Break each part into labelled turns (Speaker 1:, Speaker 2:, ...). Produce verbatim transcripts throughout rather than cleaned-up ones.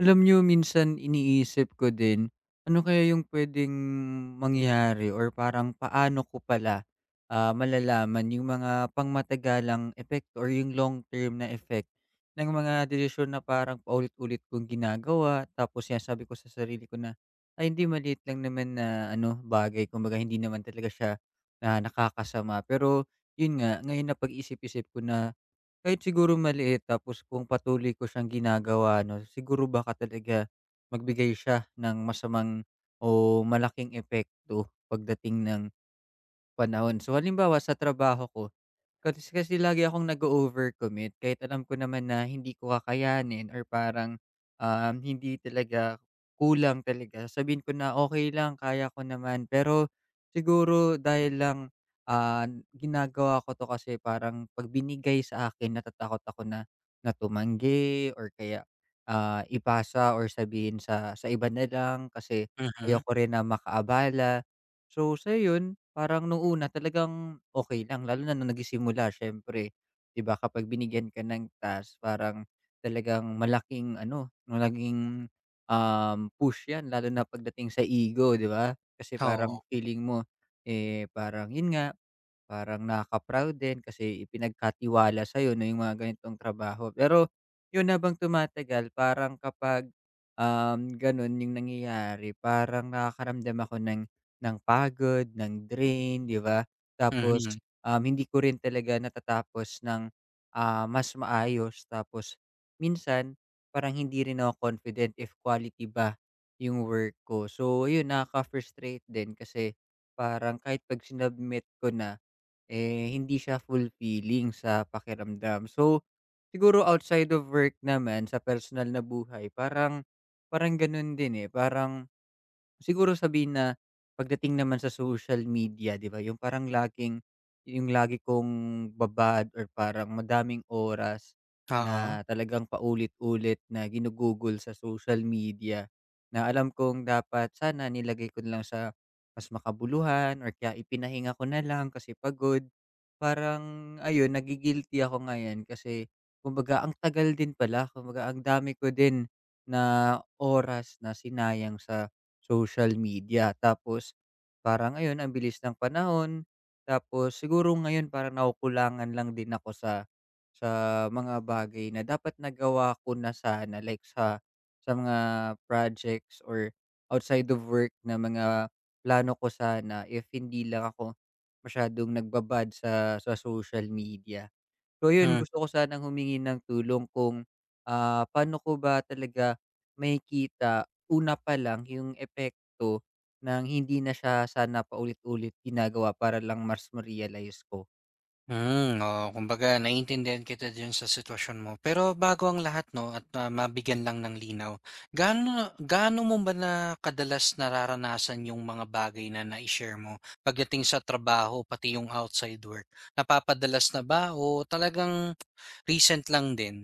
Speaker 1: Alam niyo, minsan iniisip ko din, ano kaya yung puwedeng mangyari or parang paano ko pala, ah, malalaman yung mga pangmatagalang epekto or yung long term na effect ng mga desisyon na parang paulit-ulit kong ginagawa. Tapos yan, sabi ko sa sarili ko na, "Ay hindi maliit lang naman na ano, bagay kumbaga hindi naman talaga siya na nakakasama." Pero yun nga, ngayon napag-isip-isip ko na kahit siguro maliit, tapos kung patuloy ko siyang ginagawa 'no, siguro baka talaga magbigay siya ng masamang o malaking epekto pagdating ng panahon. So halimbawa sa trabaho ko, kasi kasi lagi akong nag-o-overcommit kahit alam ko naman na hindi ko kakayanin or parang, um, hindi talaga, kulang talaga. Sabihin ko na, okay lang, kaya ko naman." Pero siguro dahil lang, ah, ginagawa ko 'to kasi parang 'pag binigay sa akin, natatakot ako na na or kaya, ah, ipasa or sabihin sa sa iba na lang kasi
Speaker 2: Mhm,
Speaker 1: ayoko rin na makaabala. So, sa'yo 'yun, parang nung una talagang okay lang, lalo na nung nagsisimula, siyempre, 'di ba, kapag binigyan ka ng task parang talagang malaking ano, malaking, um, push 'yan, lalo na pagdating sa ego, 'di ba? Kasi parang
Speaker 2: oo.
Speaker 1: feeling mo, eh, parang 'yun nga, parang nakaka-proud din kasi ipinagkatiwala sa'yo na yung mga ganitong trabaho. Pero yun, habang tumatagal parang kapag, um, ganun yung nangyayari, parang nakakaramdam ako ng ng pagod, ng drain, 'di ba? Tapos,
Speaker 2: Mhm,
Speaker 1: um, hindi ko rin talaga natatapos ng, ah, mas maayos. Tapos minsan parang hindi rin ako confident if quality ba yung work ko. So yun, nakaka-frustrate din kasi parang kahit 'pag sinubmit ko na, eh, hindi siya fulfilling sa pakiramdam. So, siguro outside of work naman, sa personal na buhay parang parang gano'n din, eh, parang siguro sabihin na pagdating naman sa social media, 'di ba, yung parang laging yung lagi kong babad or parang madaming oras
Speaker 2: oo.
Speaker 1: na talagang paulit-ulit na ginugugol sa social media, na alam kong dapat sana nilagay ko na lang sa mas makabuluhan or kaya ipinahinga ko na lang kasi pagod. Parang ayun, nagi-guilty ako ngayon kasi kumbaga ang tagal din pala, kumbaga ang dami ko din na oras na sinayang sa social media. Tapos parang ayun, ang bilis ng panahon. Tapos siguro ngayon parang nakukulangan lang din ako sa sa mga bagay na dapat nagawa ko na sana, like sa sa mga projects or outside of work na mga plano ko sana, if hindi lang ako masyadong nagbabad sa sa social media. So yun, gusto ko sanang humingi ng tulong kung, ah, paano ko ba talaga makikita una pa lang yung epekto ng hindi na siya sana paulit-ulit ginagawa para lang mas ma-realize ko?
Speaker 2: Mhm, oo, kumbaga naiintindihan kita diyan sa sitwasyon mo. Pero bago ang lahat 'no at, ah, mabigyan lang ng linaw, gaano gaano mo ba na kadalas nararanasan yung mga bagay na na share mo pagdating sa trabaho pati yung outside work? Napapadalas na ba o talagang recent lang din?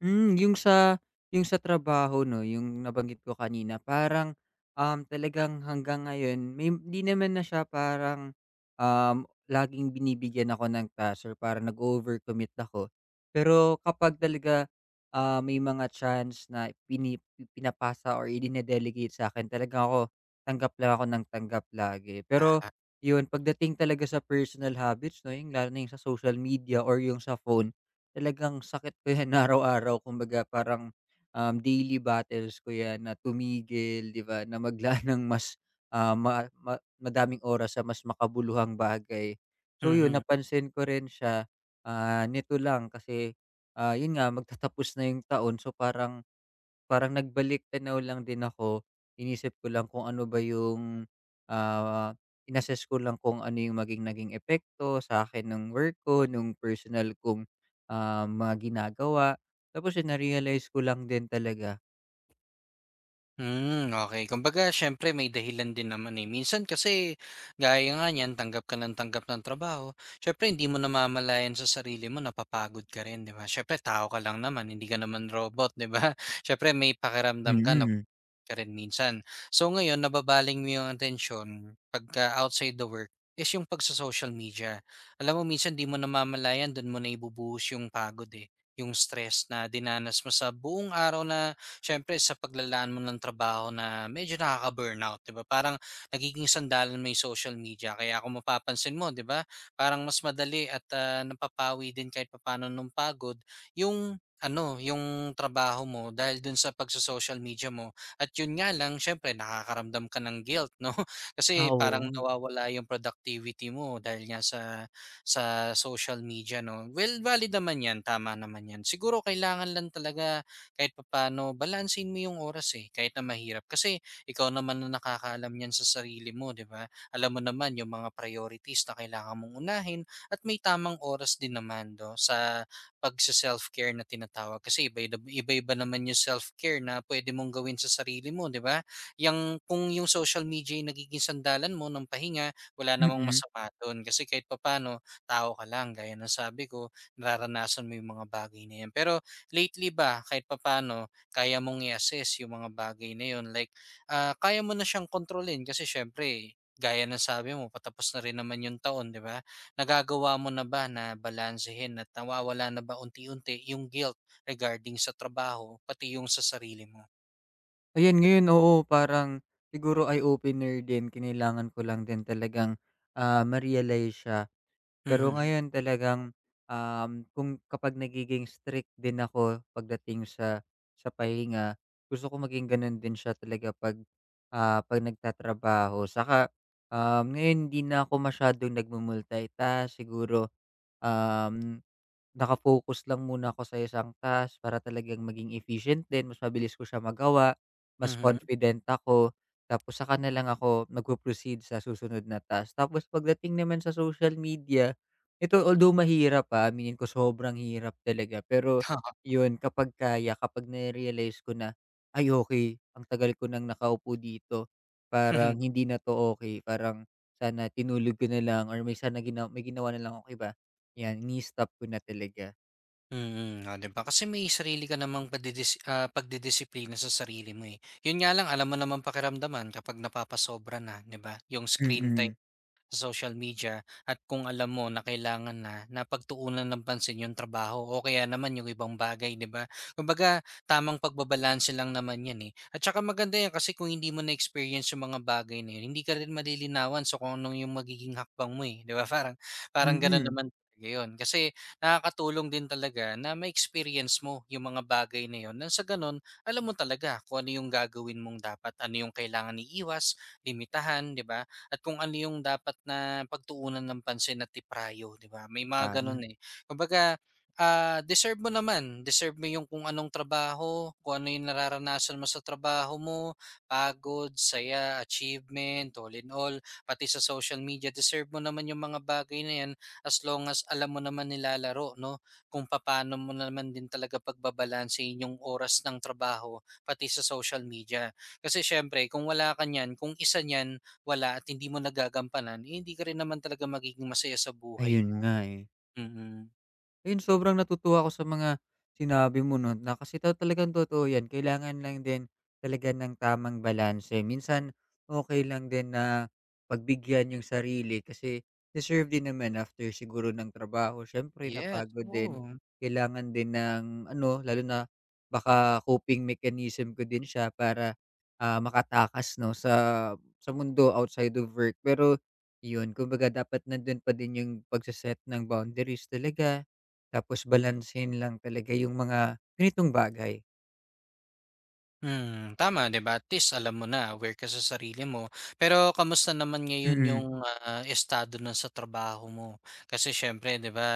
Speaker 1: Hmm, yung sa yung sa trabaho 'no, yung nabanggit ko kanina parang, um, talagang hanggang ngayon may hindi naman na siya parang, um, laging binibigyan ako ng task or parang nag overcommit ako. Pero kapag talaga, ah, may mga chance na pini pinapasa or idine-delegate akin, talaga ako tanggap lang ako ng tanggap lagi. Pero yun, pagdating talaga sa personal habits 'no, yung lalo na yung sa social media or yung sa phone. Talagang sakit ko 'yan araw-araw, kumbaga parang, um, daily battles ko 'yan na tumigil, 'di ba, na maglaan ng mas, ah, ma ma madaming oras sa mas makabuluhang bagay. So 'yun,
Speaker 2: Mhm.
Speaker 1: napansin ko rin siya, ah, nito lang kasi, ah, 'yun nga magtatapos na 'yung taon, so parang parang nagbalik tanaw lang din ako, inisip ko lang kung ano ba yung, ah, in ko lang kung ano yung maging naging epekto sa akin ng work ko, nung personal kong, ah, mga ginagawa. Tapos yun, na-realize ko lang din talaga.
Speaker 2: Hmm, okay. Kumbaga siyempre may dahilan din naman, eh. Minsan kasi gaya nga niyan, tanggap ka ng tanggap ng trabaho, siyempre hindi mo namamalayan sa sarili mo napapagod ka rin, 'di ba? Siyempre tao ka lang naman, hindi ka naman robot, 'di ba? Siyempre may pakiramdam ka na
Speaker 1: Mm.
Speaker 2: ka rin minsan. So ngayon nababaling mo yung attention pagka outside the work is yung pagsa-social media. Alam mo minsan di mo namamalayan do'n mo na ibubuhos yung pagod eh, yung stress na dinanas mo sa buong araw na siyempre sa paglalaan mo ng trabaho na medyo nakaka-burnout, 'di ba? Parang nagiging sandalan mo yung social media kaya kung mapapansin mo, 'di ba, parang mas madali at, ah, napapawi din kahit papaano nung pagod yung ano, yung trabaho mo dahil do'n sa pagso-social media mo at yun nga lang siyempre nakakaramdam ka ng guilt 'no,
Speaker 1: Ah,
Speaker 2: kasi
Speaker 1: oo
Speaker 2: parang
Speaker 1: nga.
Speaker 2: nawawala yung productivity mo dahil nga sa sa social media 'no. Well, valid naman 'yan, tama naman 'yan. Siguro kailangan lang talaga kahit papaano balansehin mo yung oras, eh, kahit na mahirap. Kasi ikaw naman na nakakaalam niyan sa sarili mo, 'di ba? Alam mo naman yung mga priorities na kailangan mong unahin at may tamang oras din naman do sa pagse-self-care na tinatawag. Kasi iba-ida iba-iba naman yung self-care na pwede mong gawin sa sarili mo, 'di ba? Yang kung yung social media yung nagiging sandalan mo ng pahinga, wala namang
Speaker 1: Mm.
Speaker 2: masama dun. Kasi kahit papaano tao ka lang gaya ng sabi ko, nararanasan mo yung mga bagay na yan. Pero lately ba kahit papaano kaya mong i-assess yung mga bagay na yun like, ah, kaya mo na siyang kontrolin kasi siyempre gaya ng sabi mo patapos na rin naman yung taon, 'di ba? Nagagawa mo na ba na balansehin at nawawala na ba unti-unti yung guilt regarding sa trabaho pati yung sa sarili mo?
Speaker 1: Ayan, ngayon, oo, parang siguro eye-opener din, kinailangan ko lang din talagang, ah, ma-realize siya. Pero
Speaker 2: Mhm,
Speaker 1: ngayon talagang, um, kung kapag nagiging strict din ako pagdating sa sa pahinga, gusto ko maging gano'n din siya talaga 'pag, ah, 'pag nagtatrabaho. Saka, um, ngayon hindi na ako masyadong nagmu siguro, um naka lang muna ako sa isang task para talagang maging efficient din, mas mabilis ko siya magawa, mas
Speaker 2: mhm.
Speaker 1: confident ako, tapos saka na lang ako magpo-proceed sa susunod na task. Tapos pagdating naman sa social media, ito although mahirap, pa, aminin ko, sobrang hirap talaga. Pero
Speaker 2: Oo.
Speaker 1: yun, kapag kaya, kapag na-realize ko na, "Ay okey, ang tagal ko nang nakaupo dito, parang hindi na 'to okay, parang sana tinulog ko na lang or may sana gina may ginawa na lang akong iba." 'Yan, ini-stop ko na talaga.
Speaker 2: Mm, oh, 'di ba? Kasi may sarili ka namang padidis ah, pagdidisiplina sa sarili mo, eh. Yun nga lang alam mo namang pakiramdaman kapag napapasobra na, 'di ba? Yung screen time
Speaker 1: Mm.
Speaker 2: sa social media at kung alam mo na kailangan na napagtuunan ng pansin yung trabaho o kaya naman yung ibang bagay, di ba? Kumbaga, tamang pagbabalanse lang naman yan eh. At saka maganda yan kasi kung hindi mo na-experience yung mga bagay na yun, hindi ka rin malilinawan so kung anong yung magiging hakbang mo eh, di ba? Parang, parang ganun
Speaker 1: Mm.
Speaker 2: naman talaga yun. Kasi nakakatulong din talaga na ma-experience mo yung mga bagay na yun. Nang sa ganun, alam mo talaga kung ano yung gagawin mong dapat, ano yung kailangan iiwas, limitahan, di ba? At kung ano yung dapat na pagtuunan ng pansin at iprayo, 'di ba? May mga
Speaker 1: Tama.
Speaker 2: gano'n, eh. Kumbaga, ah, deserve mo naman, deserve mo yung kung anong trabaho, kung ano yung nararanasan mo sa trabaho mo, pagod, saya, achievement, all in all, pati sa social media, deserve mo naman yung mga bagay na yan as long as alam mo naman nilalaro, no? Kung paano mo naman din talaga pagbabalansein yung oras ng trabaho, pati sa social media. Kasi syempre, kung wala ka niyan, kung isa niyan, wala at hindi mo nagagampanan, eh, hindi ka rin naman talaga magiging masaya sa buhay
Speaker 1: Ayun
Speaker 2: mo.
Speaker 1: nga, eh.
Speaker 2: Mm.
Speaker 1: Ayun, sobrang natutuwa ako sa mga sinabi mo 'no, na kasi ta talagang totoo 'yan. Kailangan lang din talaga ng tamang balanse. Minsan, okay lang din na pagbigyan yung sarili kasi deserve din naman after siguro ng trabaho. Siyempre
Speaker 2: Yes,
Speaker 1: napagod din,
Speaker 2: oo.
Speaker 1: kailangan din ng ano, lalo na baka coping mechanism ko din siya para, ah, makatakas 'no sa sa mundo outside of work. Pero yun, kumbaga dapat nandun pa din yung pagse ng boundaries talaga, tapos balansehin lang talaga yung mga ganitong bagay.
Speaker 2: Mm, tama 'di ba, at least alam mo na, aware ka sa sarili mo. Pero kamusta naman ngayon
Speaker 1: Mm.
Speaker 2: yung, ah, estado nun sa trabaho mo? Kasi siyempre 'di ba,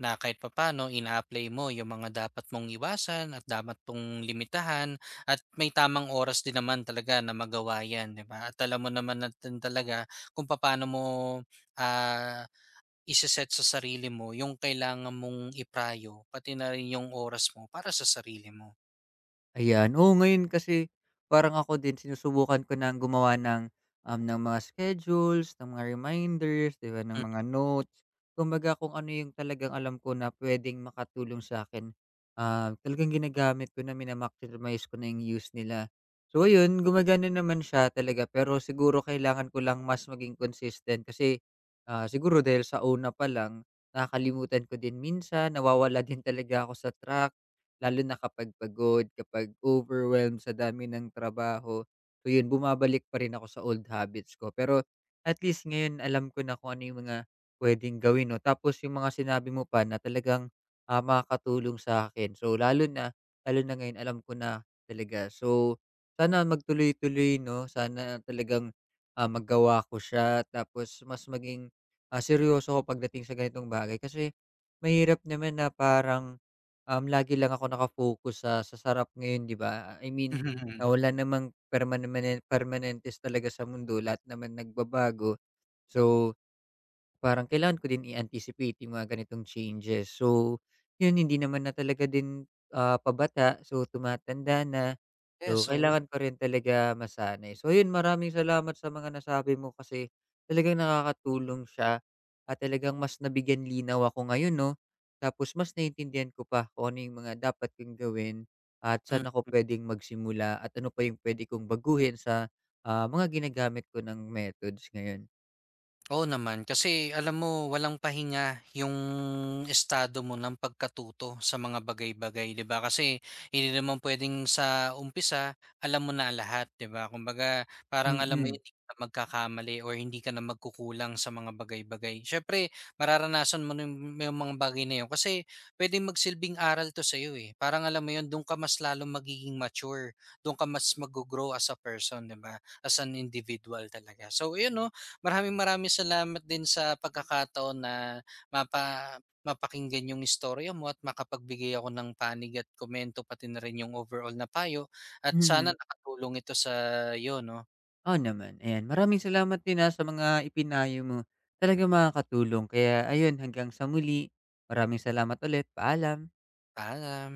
Speaker 2: na kahit papaano ina-apply mo yung mga dapat mong iwasan at dapat mong limitahan at may tamang oras din naman talaga na magawa 'yan 'di ba? At alam mo naman natin talaga kung papaano mo, ah iseset sa sarili mo yung kailangan mong iprayo pati na rin yung oras mo para sa sarili mo.
Speaker 1: Ayan. Oo, ngayon kasi parang ako din, sinusubukan ko na gumawa ng, um, ng mga schedules, ng mga reminders, 'di ba, ng
Speaker 2: Hmm.
Speaker 1: mga notes. Kumbaga kung ano yung talagang alam ko na puwedeng makatulong sa'kin, ah, talagang ginagamit ko na, mina ko na yung use nila. So ayun, gumagana naman siya talaga pero siguro kailangan ko lang mas maging consistent kasi, ah, siguro dahil sa una pa lang, nakakalimutan ko din minsan, nawawala din talaga ako sa track. Lalo na kapag pagod, kapag overwhelmed sa dami ng trabaho. So yun, bumabalik pa rin ako sa old habits ko. Pero at least ngayon alam ko na kung ano yung mga puwedeng gawin 'no. Tapos yung mga sinabi mo pa na talagang, ah, makakatulong sa akin. So lalo na, lalo na ngayon, alam ko na talaga. So sana magtuloy-tuloy 'no, sana talagang, ah, magawa ko siya, tapos mas maging, ah, seryoso ako pagdating sa ganitong bagay. Kasi mahirap naman na parang um, lagi lang ako naka-focus sa sa sarap ngayon, 'di ba? I mean, ah, wala namang permanent permanentes talaga sa mundo, lahat naman nagbabago. So parang kailangan ko din i-anticipate yung mga ganitong changes. So, yun, hindi naman na talaga din, ah, pabata, so tumatanda na. So,
Speaker 2: Yes, oo.
Speaker 1: kailangan ko rin talaga masanay. So yun, maraming salamat sa mga nasabi mo kasi talagang nakakatulong siya, at talagang mas nabigyan linaw ako ngayon 'no. Tapos mas naintindihan ko pa kung ano yung mga dapat kong gawin at saan ako pwedeng magsimula at ano pa yung puwede kong baguhin sa, ah, mga ginagamit ko ng methods ngayon.
Speaker 2: Oo naman, kasi alam mo walang pahinga yung estado mo ng pagkatuto sa mga bagay-bagay, 'di ba? Kasi hindi naman pwedeng sa umpisa alam mo na lahat, 'di ba? Kumbaga, parang alam mo
Speaker 1: Mm.
Speaker 2: yun, hindi ka na magkakamali or hindi ka na magkukulang sa mga bagay-bagay. Siyempre, mararanasan mo yung, yung mga bagay na yun kasi pwedeng magsilbing aral to sa iyo eh. Parang alam mo yun, doon ka mas lalo magiging mature, doon ka mas mag-grow as a person, 'di ba? As an individual talaga. So, yun no, maraming maraming salamat din sa pagkakataon na mapa mapakinggan yung istorya mo at makapagbigay ako ng panig at komento pati na rin yung overall na payo at
Speaker 1: Mhm.
Speaker 2: sana nakatulong ito sa 'yo 'no.
Speaker 1: Oo naman, ayan. Maraming salamat din, ah, sa mga ipinayo mo. Talaga makakatulong, kaya ayun, hanggang sa muli. Maraming salamat ulit, paalam.
Speaker 2: Paalam.